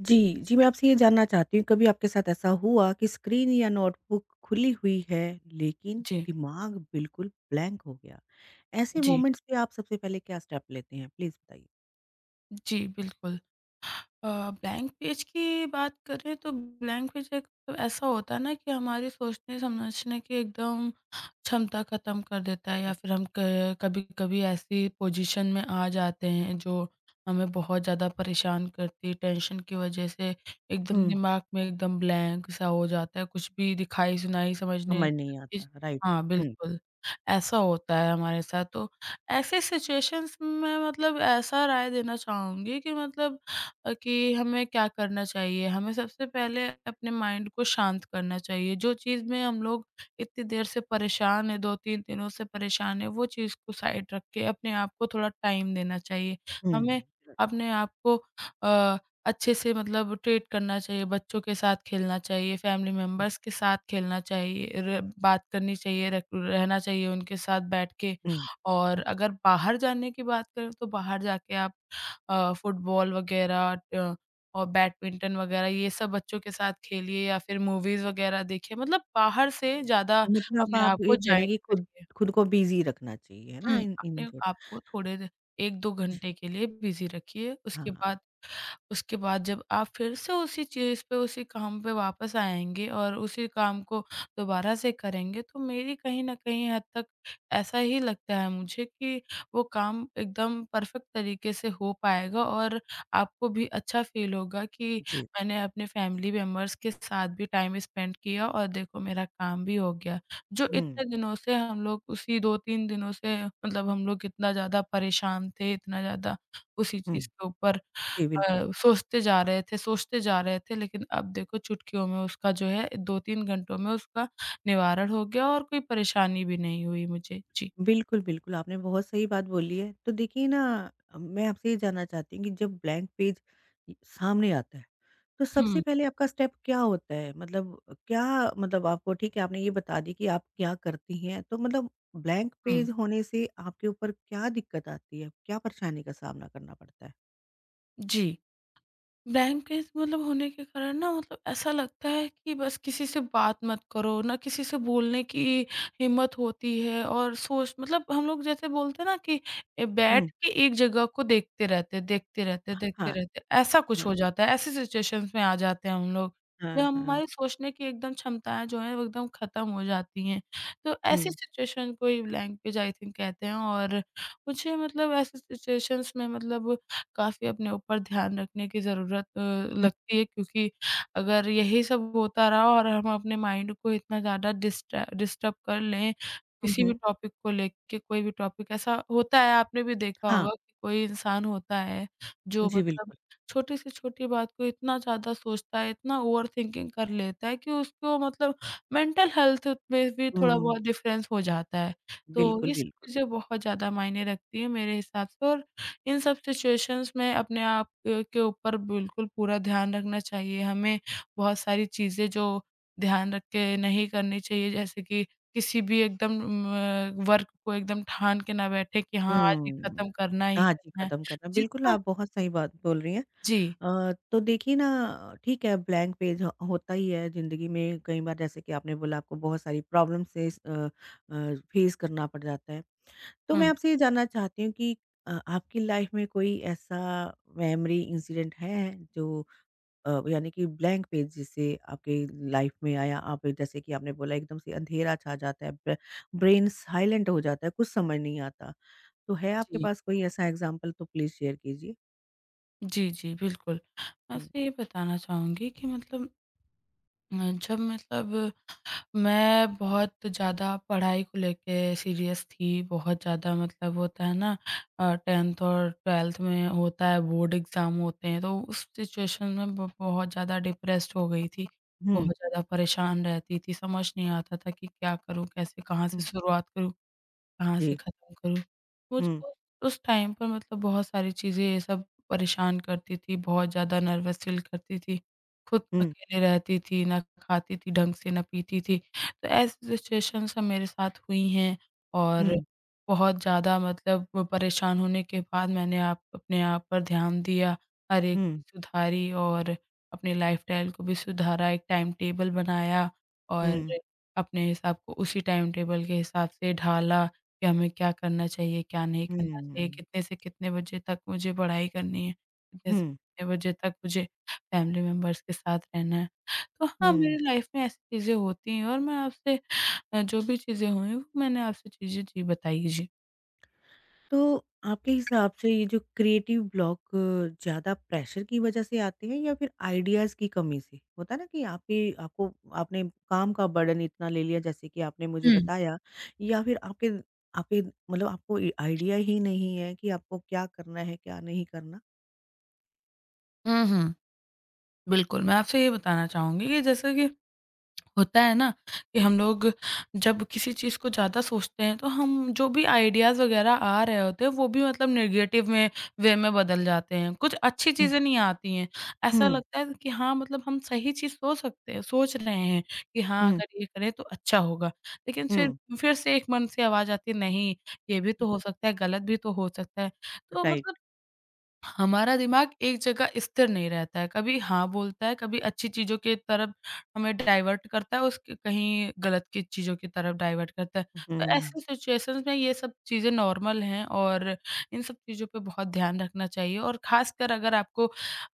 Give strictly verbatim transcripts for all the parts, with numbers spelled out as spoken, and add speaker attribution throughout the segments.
Speaker 1: जी, जी, मैं आपसे ये जानना चाहती हूँ, कभी आपके साथ ऐसा हुआ कि स्क्रीन या नोटबुक खुली हुई है, लेकिन
Speaker 2: जी,
Speaker 1: दिमाग बिल्कुल ब्लैंक हो गया? ऐसे
Speaker 2: जी,
Speaker 1: मोमेंट्स पे आप सबसे पहले क्या स्टेप लेते हैं? प्लीज़ बताइए।
Speaker 2: जी, बिल्कुल। अ, ब्लैंक पेज की बात करें तो ब्लैंक पेज एक तो ऐसा होता है ना कि हमारी सोचने समझने की एकदम क्षमता ख़त्म कर देता है या फिर हम क कभी-कभी ऐसी पोजीशन में आ जाते हैं जो हमें बहुत ज़्यादा परेशान करती है। टेंशन की वज़ह से एकदम
Speaker 1: हुँ।
Speaker 2: दिमाग में एकदम ब्लैंक सा हो जाता है, कुछ भी दिखाई-सुनाई समझने।
Speaker 1: समझ नहीं
Speaker 2: इस
Speaker 1: आता, राइट।
Speaker 2: हाँ,
Speaker 1: हुँ,
Speaker 2: बिल्कुल, ऐसा होता है हमारे साथ। तो ऐसे सिचुएशंस में मतलब ऐसा राय देना चाहूँगी कि मतलब अ, कि हमें क्या करना चाहिए? हमें सबसे पहले अपने माइंड को शांत करना चाहिए। जो चीज़ में हम लोग इतनी देर से परेशान हैं, दो तीन दिनों से परेशान हैं, वो चीज़ को साइड रख के अपने आप को थोड़ा टाइम देना चाहिए।
Speaker 1: हुँ,
Speaker 2: हमें अपने आप को अ, अच्छे से मतलब ट्रीट करना चाहिए, बच्चों के साथ खेलना चाहिए, फैमिली
Speaker 1: हुँ,
Speaker 2: मेंबर्स के साथ खेलना चाहिए, र बात करनी चाहिए, रख रहना चाहिए उनके साथ बैठ के।
Speaker 1: हुँ,
Speaker 2: और
Speaker 1: हुँ।
Speaker 2: अगर बाहर जाने की बात करें, तो बाहर जाके आप अ, फुटबॉल वगैरह अ, और बैडमिंटन वगैरह ये सब बच्चों के साथ खेलिए या फिर मूवीज़ वगैरह देखिए, मतलब बाहर से ज़्यादा
Speaker 1: मतलब
Speaker 2: अपने
Speaker 1: आप
Speaker 2: आप
Speaker 1: ये
Speaker 2: को
Speaker 1: कह
Speaker 2: जाया
Speaker 1: रहे हैं कि खुद
Speaker 2: करिए।
Speaker 1: खुद को बिज़ी रखना चाहिए, है ना?
Speaker 2: हुँ,
Speaker 1: इन इन
Speaker 2: अपने
Speaker 1: जो
Speaker 2: आप को थोड़े एक दो घंटे के लिए बिज़ी रखिए, उसके
Speaker 1: हाँ,
Speaker 2: बाद उसके बाद जब आप फिर से उसी चीज़ पे, उसी काम पे वापस आएँगे और उसी काम को दोबारा से करेंगे, तो मेरी कहीं न कहीं हद तक ऐसा ही लगता है मुझे कि वो काम एकदम परफ़ेक्ट तरीके से हो पाएगा और आपको भी अच्छा फ़ील होगा कि
Speaker 1: जी।
Speaker 2: मैंने अपने फ़ैमिली मेंबर्स के साथ भी टाइम स्पेंड किया और देखो मेरा काम भी हो गया। जो
Speaker 1: हुँ,
Speaker 2: इतने दिनों से हम लोग उसी दो तीन दिनों से मतलब हम लोग इतना ज़्यादा परेशान थे, इतना ज़्यादा उसी
Speaker 1: हुँ।
Speaker 2: चीज़ के ऊपर
Speaker 1: जी, बिल्कुल।
Speaker 2: अ, सोचते जा रहे थे, सोचते जा रहे थे लेकिन अब देखो चुटकियों में उसका जो है दो तीन घंटों में उसका निवारण हो गया और कोई परेशानी भी नहीं हुई मुझे। जी।
Speaker 1: बिल्कुल, बिल्कुल, आपने बहुत सही बात बोली है। तो देखिए ना, मैं आपसे ये जानना चाहती हूँ कि जब ब्लैंक पेज सामने आता है, तो सबसे
Speaker 2: हुँ,
Speaker 1: पहले आपका स्टेप क्या होता है? मतलब क्या मतलब आपको ठीक है, आपने ये बता दी कि आप क्या करती हैं, तो मतलब ब्लैंक
Speaker 2: हुँ।
Speaker 1: पेज होने से आपके ऊपर क्या दिक्कत आती है? क्या परेशानी का सामना करना पड़ता है?
Speaker 2: जी। ब्लैंक पेज मतलब होने के कारण ना मतलब ऐसा लगता है कि बस किसी से बात मत करो, ना किसी से बोलने की हिम्मत होती है और सोच मतलब हम लोग जैसे बोलते हैं ना कि ए,
Speaker 1: हुँ।
Speaker 2: बैठ के एक जगह को देखते रहते हैं, देखते रहते हैं,
Speaker 1: हाँ,
Speaker 2: देखते रहते हैं, ऐसा कुछ
Speaker 1: हाँ,
Speaker 2: हो जाता है। ऐसी सिचुएशंस में आ जाते हैं हम लोग, जब
Speaker 1: हाँ, हाँ।
Speaker 2: हमारी सोचने की एकदम क्षमताएँ जो हैं वो एकदम ख़त्म हो जाती हैं। तो
Speaker 1: हुँ।
Speaker 2: ऐसी सिचुएशन को ही ब्लैंक पेज आई थिंक कहते हैं और मुझे मतलब ऐसी सिचुएशंस में मतलब काफ़ी अपने ऊपर ध्यान रखने की ज़रूरत अ,
Speaker 1: हुँ,
Speaker 2: लगती है क्योंकि अगर यही सब होता रहा और हम अपने माइंड को इतना ज़्यादा डिस्ट्र डिस्टर्ब कर लें,
Speaker 1: हुँ,
Speaker 2: किसी भी
Speaker 1: हुँ।
Speaker 2: टॉपिक को लेके कोई भी टॉपिक ऐसा होता है आपने भी देखा
Speaker 1: हाँ,
Speaker 2: होगा कि कोई इंसान होता है जो
Speaker 1: जी
Speaker 2: मतलब
Speaker 1: बिल्कुल।
Speaker 2: छोटी से छोटी बात को इतना ज़्यादा सोचता है, इतना ओवरथिंकिंग कर लेता है कि उसको मतलब मेंटल हेल्थ में भी थोड़ा
Speaker 1: हुँ।
Speaker 2: बहुत डिफ़रेंस हो जाता है। तो
Speaker 1: बिल्कुल,
Speaker 2: ये सब
Speaker 1: बिल्कुल।
Speaker 2: चीज़ें बहुत ज़्यादा मायने रखती हैं मेरे हिसाब से और इन सब सिचुएशंस में अपने आप क के ऊपर बिल्कुल पूरा ध्यान रखना चाहिए। हमें बहुत सारी चीज़ें जो ध्यान रख के नहीं करनी चाहिए, जैसे कि किसी भी एकदम म वर्क को एकदम ठान के ना बैठे कि हाँ, आज ये
Speaker 1: हुँ।
Speaker 2: खत्म करना ही
Speaker 1: हाँ जी,
Speaker 2: करना है।
Speaker 1: ख़त्म करना। बिल्कुल,
Speaker 2: जितना
Speaker 1: आप बहुत सही बात बोल रही हैं।
Speaker 2: जी।
Speaker 1: अ, तो देखिए ना ठीक है ब्लैंक पेज ह होता ही है ज़िंदगी में कई बार जैसे कि आपने बोला आपको बहुत सारी प्रॉब्लम से स अ अ, फेस करना पड़ जाता है। तो मैं
Speaker 2: हुँ,
Speaker 1: आपसे ये जानना चाहती हूँ कि अ, आपकी लाइफ़ में कोई ऐसा मेमोरी इंसिडेंट है जो अ, यानी कि ब्लैंक पेज जिससे आपकी लाइफ़ में आया? आप जैसे कि आपने बोला एकदम से अँधेरा छा जाता है, ब्र ब्रेन साइलेंट हो जाता है, कुछ समझ नहीं आता। तो है आपके
Speaker 2: जी।
Speaker 1: पास कोई ऐसा एग्ज़ाम्पल तो प्लीज़ शेयर कीजिए?
Speaker 2: जी, जी, बिल्कुल। मैं
Speaker 1: हुँ,
Speaker 2: आपसे ये बताना चाहूँगी कि मतलब अ, जब मतलब मैं बहुत ज़्यादा पढ़ाई को लेके सीरियस थी, बहुत ज़्यादा मतलब होता है ना अ, दसवीं और बारहवीं में होता है बोर्ड एग्ज़ाम होते हैं, तो उस सिचुएशन में ब बहुत ज़्यादा डिप्रेस्ड हो गई थी।
Speaker 1: हुँ,
Speaker 2: बहुत ज़्यादा परेशान रहती थी, समझ नहीं आता था कि क्या करूँ, कैसे, कहाँ से
Speaker 1: हुँ।
Speaker 2: शुरुआत करूँ? कहाँ से
Speaker 1: जी।
Speaker 2: ख़त्म करूँ? मुझे
Speaker 1: हुँ,
Speaker 2: उस उस टाइम पर मतलब बहुत सारी चीज़ें ये सब परेशान करती थी, बहुत ज़्यादा नर्वस फ़ील करती थी। खुद
Speaker 1: हुँ,
Speaker 2: अकेले रहती थी, ना खाती थी ढंग से, ना पीती थी। तो ऐसी सिचुएशंस सब मेरे साथ हुई हैं और
Speaker 1: हुँ,
Speaker 2: बहुत ज़्यादा मतलब वो परेशान होने के बाद मैंने आप अपने आप पर ध्यान दिया, हर एक
Speaker 1: हुँ,
Speaker 2: चीज़ सुधारी और अपने लाइफ़स्टाइल को भी सुधारा, एक टाइम टेबल बनाया और
Speaker 1: हुँ,
Speaker 2: अपने हिसाब को उसी टाइम टेबल के हिसाब से ढाला। कि हमें क्या करना चाहिए, क्या नहीं करना चाहिए,
Speaker 1: हुँ,
Speaker 2: कितने से कितने बजे तक मुझे पढ़ाई करनी है, कितने से
Speaker 1: हुँ,
Speaker 2: कितने बजे तक मुझे फैमिली मेंबर्स के साथ रहना है। तो
Speaker 1: हुँ।
Speaker 2: हाँ, मेरी लाइफ में ऐसी चीज़ें होती हैं और मैं आपसे अ, जो भी चीज़ें हुई वो मैंने आपसे चीज़ें जी बताई। जी।
Speaker 1: तो आपके हिसाब से ये जो क्रिएटिव ब्लॉक ज़्यादा प्रेशर की वज़ह से आते हैं या फिर आइडियाज़ की कमी से? होता है ना कि आपकी आपको आपने काम का बर्डन इतना ले लिया जैसे कि आपने मुझे
Speaker 2: हुँ।
Speaker 1: बताया या फिर आपके आपके मतलब आपको ए आइडिया ही नहीं है कि आपको क्या करना है, क्या नहीं करना?
Speaker 2: हुँ, हुँ। बिल्कुल, मैं आपसे ये बताना चाहूँगी कि जैसे कि होता है ना कि हम लोग जब किसी चीज़ को ज़्यादा सोचते हैं तो हम जो भी आइडियाज़ वगैरह आ रहे होते हैं वो भी मतलब नेगेटिव में वे में बदल जाते हैं। कुछ अच्छी
Speaker 1: हुँ,
Speaker 2: चीज़ें नहीं आती हैं। ऐसा
Speaker 1: हुँ,
Speaker 2: लगता है कि हाँ, मतलब हम सही चीज़ सोच सकते हैं सोच रहे हैं कि हाँ,
Speaker 1: हुँ,
Speaker 2: अगर ये करें तो अच्छा होगा। लेकिन फिर
Speaker 1: हुँ।
Speaker 2: फिर से एक मन से आवाज़ आती है नहीं, ये भी तो हो सकता है, गलत भी तो हो सकता है। तो
Speaker 1: राइट।
Speaker 2: मतलब हमारा दिमाग एक जगह स्थिर नहीं रहता है, कभी हाँ बोलता है, कभी अच्छी चीज़ों की तरफ हमें डाइवर्ट करता है, उसके कहीं गलत की चीज़ों की तरफ डाइवर्ट करता है।
Speaker 1: हुँ।
Speaker 2: तो ऐसी सिचुएशंस में ये सब चीज़ें नॉर्मल हैं और इन सब चीज़ों पे बहुत ध्यान रखना चाहिए और ख़ासकर अगर आपको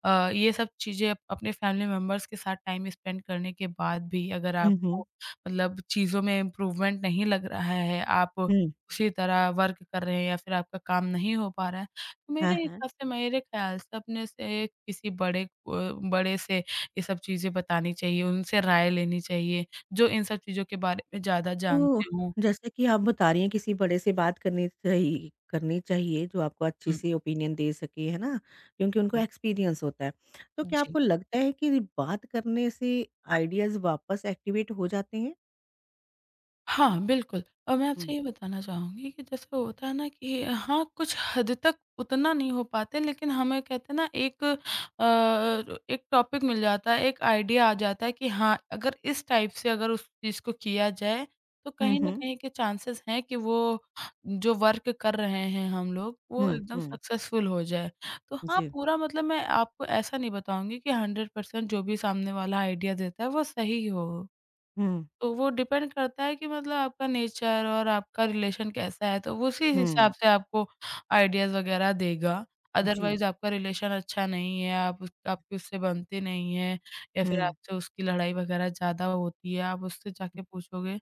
Speaker 2: अ, ये सब चीज़ें अप- अपने फैमिली मेंबर्स के साथ टाइम स्पेंड करने के बाद भी अगर
Speaker 1: हुँ, हुँ।
Speaker 2: आपको मतलब चीज़ों में इम्प्रूवमेंट नहीं लग रहा है, आप
Speaker 1: हुँ।
Speaker 2: उसी तरह वर्क कर रहे हैं या फिर आपका काम नहीं हो पा रहा है,
Speaker 1: हाँ,
Speaker 2: मेरे
Speaker 1: हाँ।
Speaker 2: हिसाब से मेरे ख़्याल से अपने से किसी बड़े अ, बड़े से ये सब चीज़ें बतानी चाहिए, उनसे राय लेनी चाहिए, जो इन सब चीज़ों के बारे में ज़्यादा
Speaker 1: तो
Speaker 2: जानते हों।
Speaker 1: जैसे कि आप बता रही हैं किसी बड़े से बात करनी चाहिए करनी चाहिए जो आपको अच्छी
Speaker 2: हुँ,
Speaker 1: सी ओपिनियन दे सके, है ना? क्योंकि उनको
Speaker 2: हुँ।
Speaker 1: एक्सपीरियंस होता है। तो क्या
Speaker 2: जी।
Speaker 1: आपको लगता है कि बात करने से आइडियाज़ वापस एक्टिवेट हो जाते हैं?
Speaker 2: हाँ, बिल्कुल। और मैं
Speaker 1: हुँ।
Speaker 2: आपसे ये बताना चाहूँगी कि जैसे होता है ना कि हाँ, कुछ हद तक उतना नहीं हो पाते लेकिन हमें कहते हैं ना एक अ, एक टॉपिक मिल जाता है, एक आइडिया आ जाता है कि हाँ, अगर इस टाइप से अगर उस चीज़ को किया जाए, तो
Speaker 1: हुँ,
Speaker 2: कहीं न
Speaker 1: हुँ।
Speaker 2: कहीं के चांसेस हैं कि वो जो वर्क कर रहे हैं हम लोग, वो
Speaker 1: हुँ,
Speaker 2: एकदम
Speaker 1: हुँ।
Speaker 2: सक्सेसफुल हो जाए। तो हाँ,
Speaker 1: जी।
Speaker 2: पूरा मतलब मैं आपको ऐसा नहीं बताऊँगी कि हंड्रेड परसेंट जो भी सामने वाला आइडिया देता है, वो सही हो।
Speaker 1: हुँ,
Speaker 2: तो वो डिपेंड करता है कि मतलब आपका नेचर और आपका रिलेशन कैसा है, तो वो उसी
Speaker 1: हुँ।
Speaker 2: हिसाब से आपको आइडियाज़ वगैरह देगा।
Speaker 1: जी।
Speaker 2: अदरवाइज़ आपका रिलेशन अच्छा नहीं है, आप उस आपकी उससे बनती नहीं है या फिर
Speaker 1: हुँ,
Speaker 2: आपसे उसकी लड़ाई वगैरह ज़्यादा होती है, आप उससे जाके पूछोगे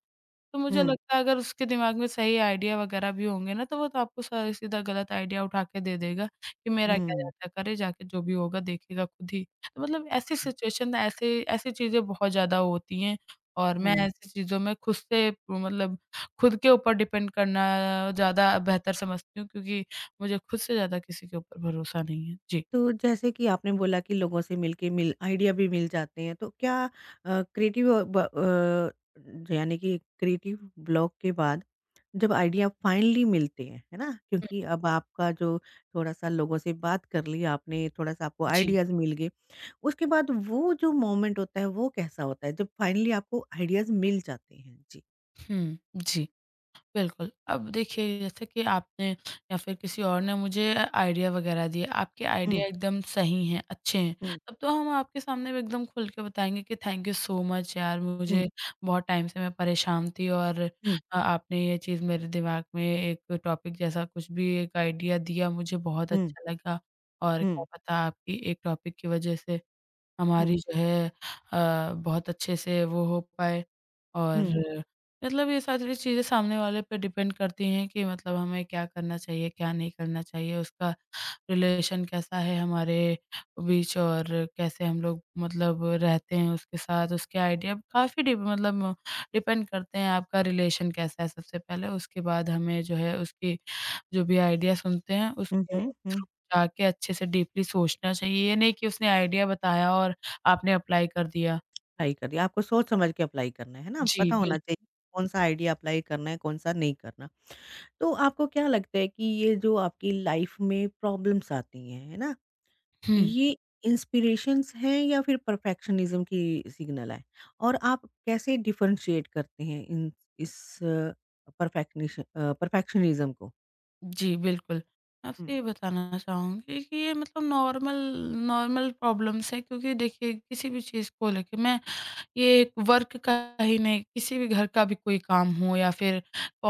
Speaker 2: तो मुझे
Speaker 1: हुँ,
Speaker 2: लगता है अगर उसके दिमाग में सही आइडिया वगैरह भी होंगे ना, तो वो तो आपको स सीधा गलत आइडिया उठा के दे देगा कि
Speaker 1: हुँ,
Speaker 2: मेरा क्या
Speaker 1: हुँ।
Speaker 2: जाता है, करे जाके जो भी होगा देखेगा खुद ही। तो मतलब ऐसी सिचुएशन ऐसे ऐसी चीज़ें बहुत ज़्यादा होती हैं और मैं
Speaker 1: हुँ।
Speaker 2: ऐसी चीज़ों में खुद से मतलब खुद के ऊपर डिपेंड करना ज़्यादा बेहतर समझती हूँ क्योंकि मुझे खुद से ज़्यादा किसी के ऊपर भरोसा नहीं है। जी।
Speaker 1: तो जैसे कि आपने बोला कि लोगों से मिलके मिल आइडिया भी मिल जाते हैं, तो क्या अ, क्रिएटिव अ, ब अ, यानी कि क्रिएटिव ब्लॉक के बाद जब आइडिया फाइनली मिलते हैं, है ना?
Speaker 2: हुँ,
Speaker 1: क्योंकि अब आपका जो थोड़ा-सा लोगों से बात कर ली आपने, थोड़ा-सा आपको
Speaker 2: जी।
Speaker 1: आइडियाज़ मिल गए, उसके बाद वो जो मोमेंट होता है, वो कैसा होता है जब फाइनली आपको आइडियाज़ मिल जाते हैं? जी।
Speaker 2: हुँ, जी। बिल्कुल। अब देखिए जैसे कि आपने या फिर किसी और ने मुझे आइडिया वग़ैरह दिए, आपके
Speaker 1: हुँ,
Speaker 2: आइडिया एकदम सही हैं, अच्छे हैं,
Speaker 1: हुँ,
Speaker 2: तब तो हम आपके सामने भी एकदम खुल के बताएँगे कि थैंक यू सो मच यार
Speaker 1: हुँ,
Speaker 2: मुझे बहुत टाइम से मैं परेशान थी और अ,
Speaker 1: हुँ,
Speaker 2: आपने ये चीज़ मेरे दिमाग में एक टॉपिक जैसा कुछ भी एक आइडिया दिया मुझे बहुत
Speaker 1: हुँ,
Speaker 2: अच्छा लगा। और क्या
Speaker 1: हुँ,
Speaker 2: पता आपकी एक टॉपिक की वज़ह से
Speaker 1: हुँ,
Speaker 2: हमारी जो है अ, बहुत अच्छे से वो हो पाए और
Speaker 1: हुँ,
Speaker 2: मतलब ये सारी चीज़ें सामने वाले पे डिपेंड करती हैं कि मतलब हमें क्या करना चाहिए, क्या नहीं करना चाहिए, उसका रिलेशन कैसा है हमारे बीच और कैसे हम लोग मतलब रहते हैं उसके साथ, उसके आइडिया काफ़ी डि मतलब डिपेंड करते हैं आपका रिलेशन कैसा है सबसे पहले, उसके बाद हमें जो है उसकी जो भी आइडिया सुनते हैं
Speaker 1: हुँ,
Speaker 2: उसके
Speaker 1: हुँ, हुँ।
Speaker 2: थ्रू जाके अच्छे से डीपली सोचना चाहिए। ये नहीं कि उसने आइडिया बताया और आपने अप्लाई कर दिया।
Speaker 1: अप्लाई कर दिया, आपको सोच समझ के अप्लाई करना है, है ना?
Speaker 2: जी,
Speaker 1: पता होना चाहिए
Speaker 2: बिल्कुल।
Speaker 1: कौन-सा आइडिया अप्लाई करना है, कौन-सा नहीं करना। तो आपको क्या लगता है कि ये जो आपकी लाइफ में प्रॉब्लम्स आती हैं, है ना?
Speaker 2: हुँ।
Speaker 1: ये इंस्पिरेशंस हैं या फिर परफेक्शनिज़्म की सिग्नल है? और आप कैसे डिफरेंशिएट करते हैं इन इस परफेक्निश अ, परफेक्शनिज़्म को?
Speaker 2: जी, बिल्कुल।
Speaker 1: हुँ।
Speaker 2: आपसे ये बताना चाहूँगी कि ये मतलब नॉर्मल नॉर्मल प्रॉब्लम्स हैं क्योंकि देखिए किसी भी चीज़ को लेके मैं ये वर्क का ही नहीं किसी भी घर का भी कोई काम हो या फिर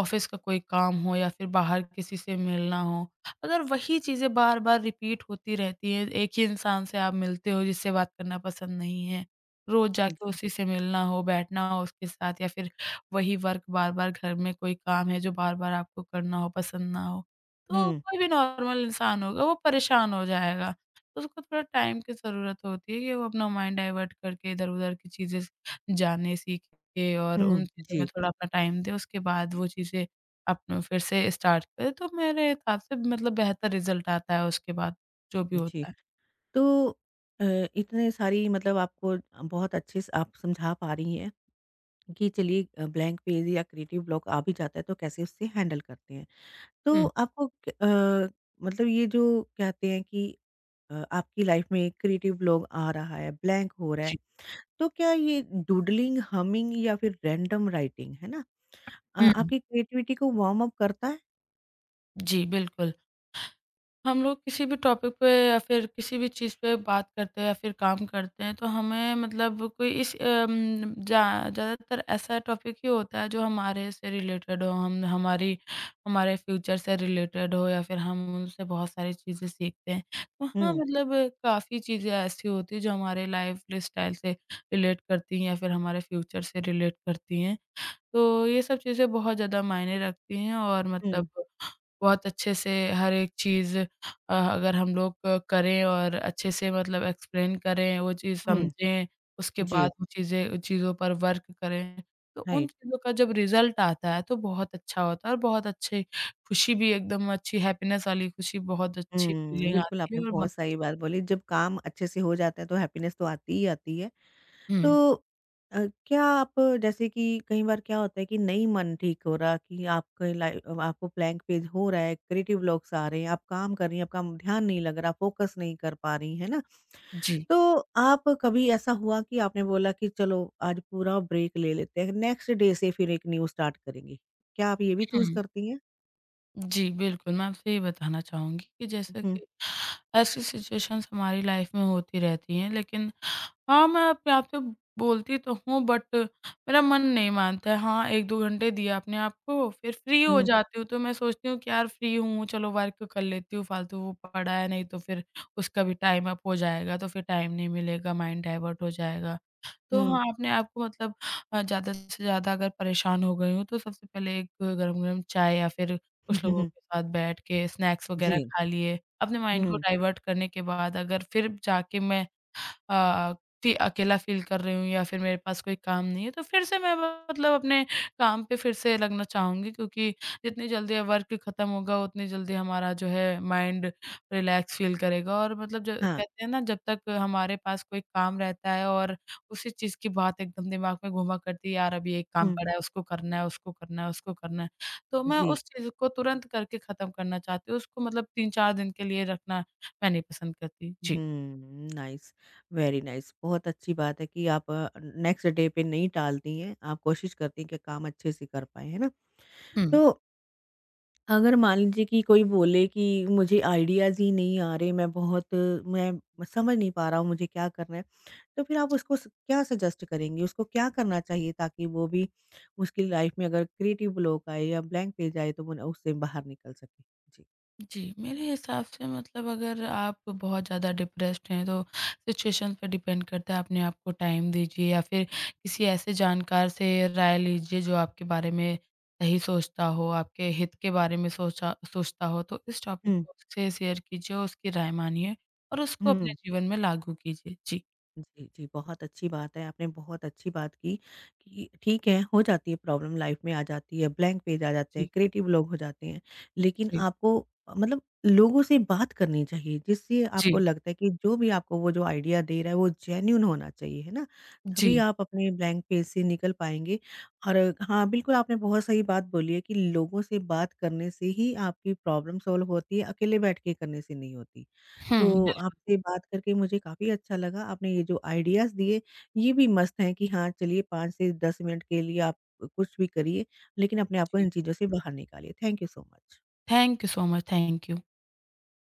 Speaker 2: ऑफिस का कोई काम हो या फिर बाहर किसी से मिलना हो, अगर वही चीज़ें बार-बार रिपीट होती रहती हैं, एक ही इंसान से आप मिलते हो जिससे बात करना पसंद नहीं है, रोज़ जाके उसी से मिलना हो, बैठना हो उसके साथ या फिर वही वर्क बार-बार घर में कोई काम है जो बार-बार आपको करना हो, पसंद ना हो, तो
Speaker 1: हुँ,
Speaker 2: कोई भी नॉर्मल इंसान होगा वो परेशान हो जाएगा। तो उसको थोड़ा टाइम की ज़रूरत होती है कि वो अपना माइंड डाइवर्ट करके इधर-उधर की चीज़ें जाने, सीखे और उन
Speaker 1: हुँ,
Speaker 2: चीज़ों में
Speaker 1: जी,
Speaker 2: थोड़ा अपना टाइम दें, उसके बाद वो चीज़ें अपना फिर से स्टार्ट करें, तो मेरे हिसाब से मतलब बेहतर रिज़ल्ट आता है उसके बाद, जो भी
Speaker 1: जी।
Speaker 2: होता है।
Speaker 1: तो अ, इतने सारी मतलब आपको बहुत अच्छे से आप समझा पा रही हैं। कि चलिए अ, ब्लैंक पेज या क्रिएटिव ब्लॉक आ भी जाता है तो कैसे उससे हैंडल करते हैं। तो
Speaker 2: हुँ,
Speaker 1: आपको क अ, मतलब ये जो कहते हैं कि अ, आपकी लाइफ में क्रिएटिव ब्लॉक आ रहा है, ब्लैंक हो रहा है,
Speaker 2: जी।
Speaker 1: तो क्या ये डूडलिंग, हमिंग या फिर रैंडम राइटिंग, है ना? अ,
Speaker 2: हुँ,
Speaker 1: आपकी क्रिएटिविटी को वार्म अप करता है?
Speaker 2: जी, बिल्कुल। हम लोग किसी भी टॉपिक पे या फिर किसी भी चीज़ पे बात करते हैं या फिर काम करते हैं, तो हमें मतलब कोई इस अम, जा ज़्यादातर ऐसा टॉपिक ही होता है जो हमारे से रिलेटेड हो, हम हमारी हमारे फ्यूचर से रिलेटेड हो, या फिर हम उनसे बहुत सारी चीज़ें सीखते हैं। तो हाँ,
Speaker 1: हुँ,
Speaker 2: मतलब काफ़ी चीज़ें ऐसी होती है जो हमारे लाइफ स्टाइल से रिलेट करती हैं या फिर हमारे फ्यूचर से रिलेट करती हैं। तो ये सब चीज़ें बहुत ज़्यादा मायने रखती हैं, और
Speaker 1: हुँ,
Speaker 2: मतलब बहुत अच्छे से हर एक चीज़ अ, अगर हम लोग अ, करें और अच्छे से मतलब एक्सप्लेन करें, वो चीज़
Speaker 1: हुँ।
Speaker 2: समझें, उसके
Speaker 1: जी,
Speaker 2: बाद वो चीज़ें चीज़ों पर वर्क करें। तो उन
Speaker 1: राइट।
Speaker 2: चीज़ों का जब रिज़ल्ट आता है तो बहुत अच्छा होता है, और बहुत अच्छी खुशी भी, एकदम अच्छी हैप्पीनेस वाली खुशी, बहुत अच्छी
Speaker 1: हुँ,
Speaker 2: फीलिंग
Speaker 1: बिल्कुल
Speaker 2: आती
Speaker 1: आपने
Speaker 2: है, और
Speaker 1: बहुत
Speaker 2: बहुत
Speaker 1: सही
Speaker 2: अच्छी।
Speaker 1: बात बोली। जब काम अच्छे से हो जाता है तो हैप्पीनेस तो आती ही आती है।
Speaker 2: हुँ,
Speaker 1: तो अ, क्या आप अ, जैसे कि कई बार क्या होता है कि नहीं मन ठीक हो रहा कि आपके लाइफ आपको ब्लैंक पेज हो रहा है, क्रिएटिव ब्लॉक्स आ रहे हैं, आप काम कर रही हैं, आपका ध्यान नहीं लग रहा, फोकस नहीं कर पा रही, है ना?
Speaker 2: जी।
Speaker 1: तो आप कभी ऐसा हुआ कि आपने बोला कि चलो आज पूरा ब्रेक ले लेते हैं, नेक्स्ट डे से फिर एक न्यू स्टार्ट करेंगे। क्या आप ये भी चूज़
Speaker 2: हुँ,
Speaker 1: करती हैं?
Speaker 2: जी, बिल्कुल, मैं आपसे ये बताना चाहूँगी कि
Speaker 1: हुँ,
Speaker 2: जैसे
Speaker 1: हुँ,
Speaker 2: कि ऐसी सिचुएशंस हमारी लाइफ़ में होती रहती हैं, लेकिन हाँ, मैं अपने आप से बोलती तो हूँ, बट मेरा मन नहीं मानता है। हाँ, एक दो घंटे दिए अपने आप को, फिर फ्री हो
Speaker 1: हुँ,
Speaker 2: जाती हूँ तो मैं सोचती हूँ कि यार फ्री हूँ, चलो वर्क कर लेती हूँ, फालतू वो पड़ा है, नहीं तो फिर उसका भी टाइम अप हो जाएगा, तो फिर टाइम नहीं मिलेगा, माइंड डाइवर्ट हो जाएगा। तो
Speaker 1: हुँ,
Speaker 2: हाँ, अपने आप को मतलब अ, ज़्यादा से ज़्यादा अगर परेशान हो गई हूँ, तो सबसे पहले एक गरम-गरम चाय या फिर
Speaker 1: हुँ,
Speaker 2: कुछ
Speaker 1: हुँ,
Speaker 2: लोगों
Speaker 1: हुँ।
Speaker 2: के साथ बैठ के स्नैक्स
Speaker 1: जी,
Speaker 2: वगैरह खा लिए। अपने माइंड को
Speaker 1: हुँ,
Speaker 2: डाइवर्ट करने के बाद अगर फिर जाके मैं अ, फी अकेला फ़ील कर रही हूँ या फिर मेरे पास कोई काम नहीं है, तो फिर से मैं मतलब अपने काम पे फिर से लगना चाहूँगी, क्योंकि जितनी जल्दी वर्क खत्म होगा, उतनी जल्दी हमारा जो है माइंड रिलैक्स फ़ील करेगा। और मतलब जो
Speaker 1: हाँ,
Speaker 2: कहते हैं ना, जब तक हमारे पास कोई काम रहता है और उसी चीज़ की बात एकदम दिमाग में घूमा करती है, यार अभी एक
Speaker 1: हुँ,
Speaker 2: काम पड़ा है, उसको करना है, उसको करना है, उसको करना है। तो मैं
Speaker 1: जी।
Speaker 2: उस चीज़ को तुरंत करके खत्म करना चाहती हूँ, उसको मतलब तीन चार दिन के लिए रखना मैं नहीं पसंद करती। जी।
Speaker 1: हुँ, नाइस, वेरी नाइस। बहुत अच्छी बात है कि आप अ, नेक्स्ट डे पे नहीं टालती हैं, आप कोशिश करती हैं कि काम अच्छे से कर पाएँ, है ना?
Speaker 2: हुँ।
Speaker 1: तो अगर मान लीजिए कि कोई बोले कि मुझे आइडियाज़ ही नहीं आ रहे, मैं बहुत मैं समझ नहीं पा रहा हूँ मुझे क्या करना है, तो फिर आप उसको स क्या सजेस्ट करेंगी? उसको क्या करना चाहिए ताकि वो भी उसकी लाइफ़ में अगर क्रिएटिव ब्लॉक आए या ब्लैंक पेज आए तो वो ना उससे बाहर निकल सके? जी।
Speaker 2: जी, मेरे हिसाब से मतलब अगर आप बहुत ज़्यादा डिप्रेस्ड हैं तो सिचुएशन पे डिपेंड करता है, अपने आप को टाइम दीजिए या फिर किसी ऐसे जानकार से राय लीजिए जो आपके बारे में सही सोचता हो, आपके हित के बारे में सोचा सोचता हो, तो इस टॉपिक
Speaker 1: हुँ,
Speaker 2: को उससे शेयर कीजिए, उसकी राय मानिए और उसको
Speaker 1: हुँ।
Speaker 2: अपने जीवन में लागू कीजिए। जी,
Speaker 1: जी, जी, बहुत अच्छी बात है। आपने बहुत अच्छी बात की कि ठीक है, हो जाती है प्रॉब्लम लाइफ में आ जाती है, ब्लैंक पेज आ जाते हैं,
Speaker 2: जी,
Speaker 1: क्रिएटिव लोग हो जाते हैं। लेकिन
Speaker 2: जी,
Speaker 1: आपको अ, मतलब लोगों से बात करनी चाहिए, जिससे आपको
Speaker 2: जी,
Speaker 1: लगता है कि जो भी आपको वो जो आइडिया दे रहा है, वो जेन्युइन होना चाहिए, है ना? तभी
Speaker 2: जी।
Speaker 1: आप अपने ब्लैंक पेज से निकल पाएँगे। और अ, हाँ, बिल्कुल आपने बहुत सही बात बोली है कि लोगों से बात करने से ही आपकी प्रॉब्लम सॉल्व होती है, अकेले बैठ के करने से नहीं होती।
Speaker 2: हुँ,
Speaker 1: तो
Speaker 2: बिल्कुल,
Speaker 1: आपसे बात करके मुझे काफ़ी अच्छा लगा। आपने ये जो आइडियाज़ दिए, ये भी मस्त हैं कि हाँ, चलिए पाँच से दस मिनट के लिए आप कुछ भी करिए, लेकिन अपने आप को
Speaker 2: जी।
Speaker 1: इन चीज़ों से बाहर निकालिए। Thank you so much.
Speaker 2: Thank you so much, thank you.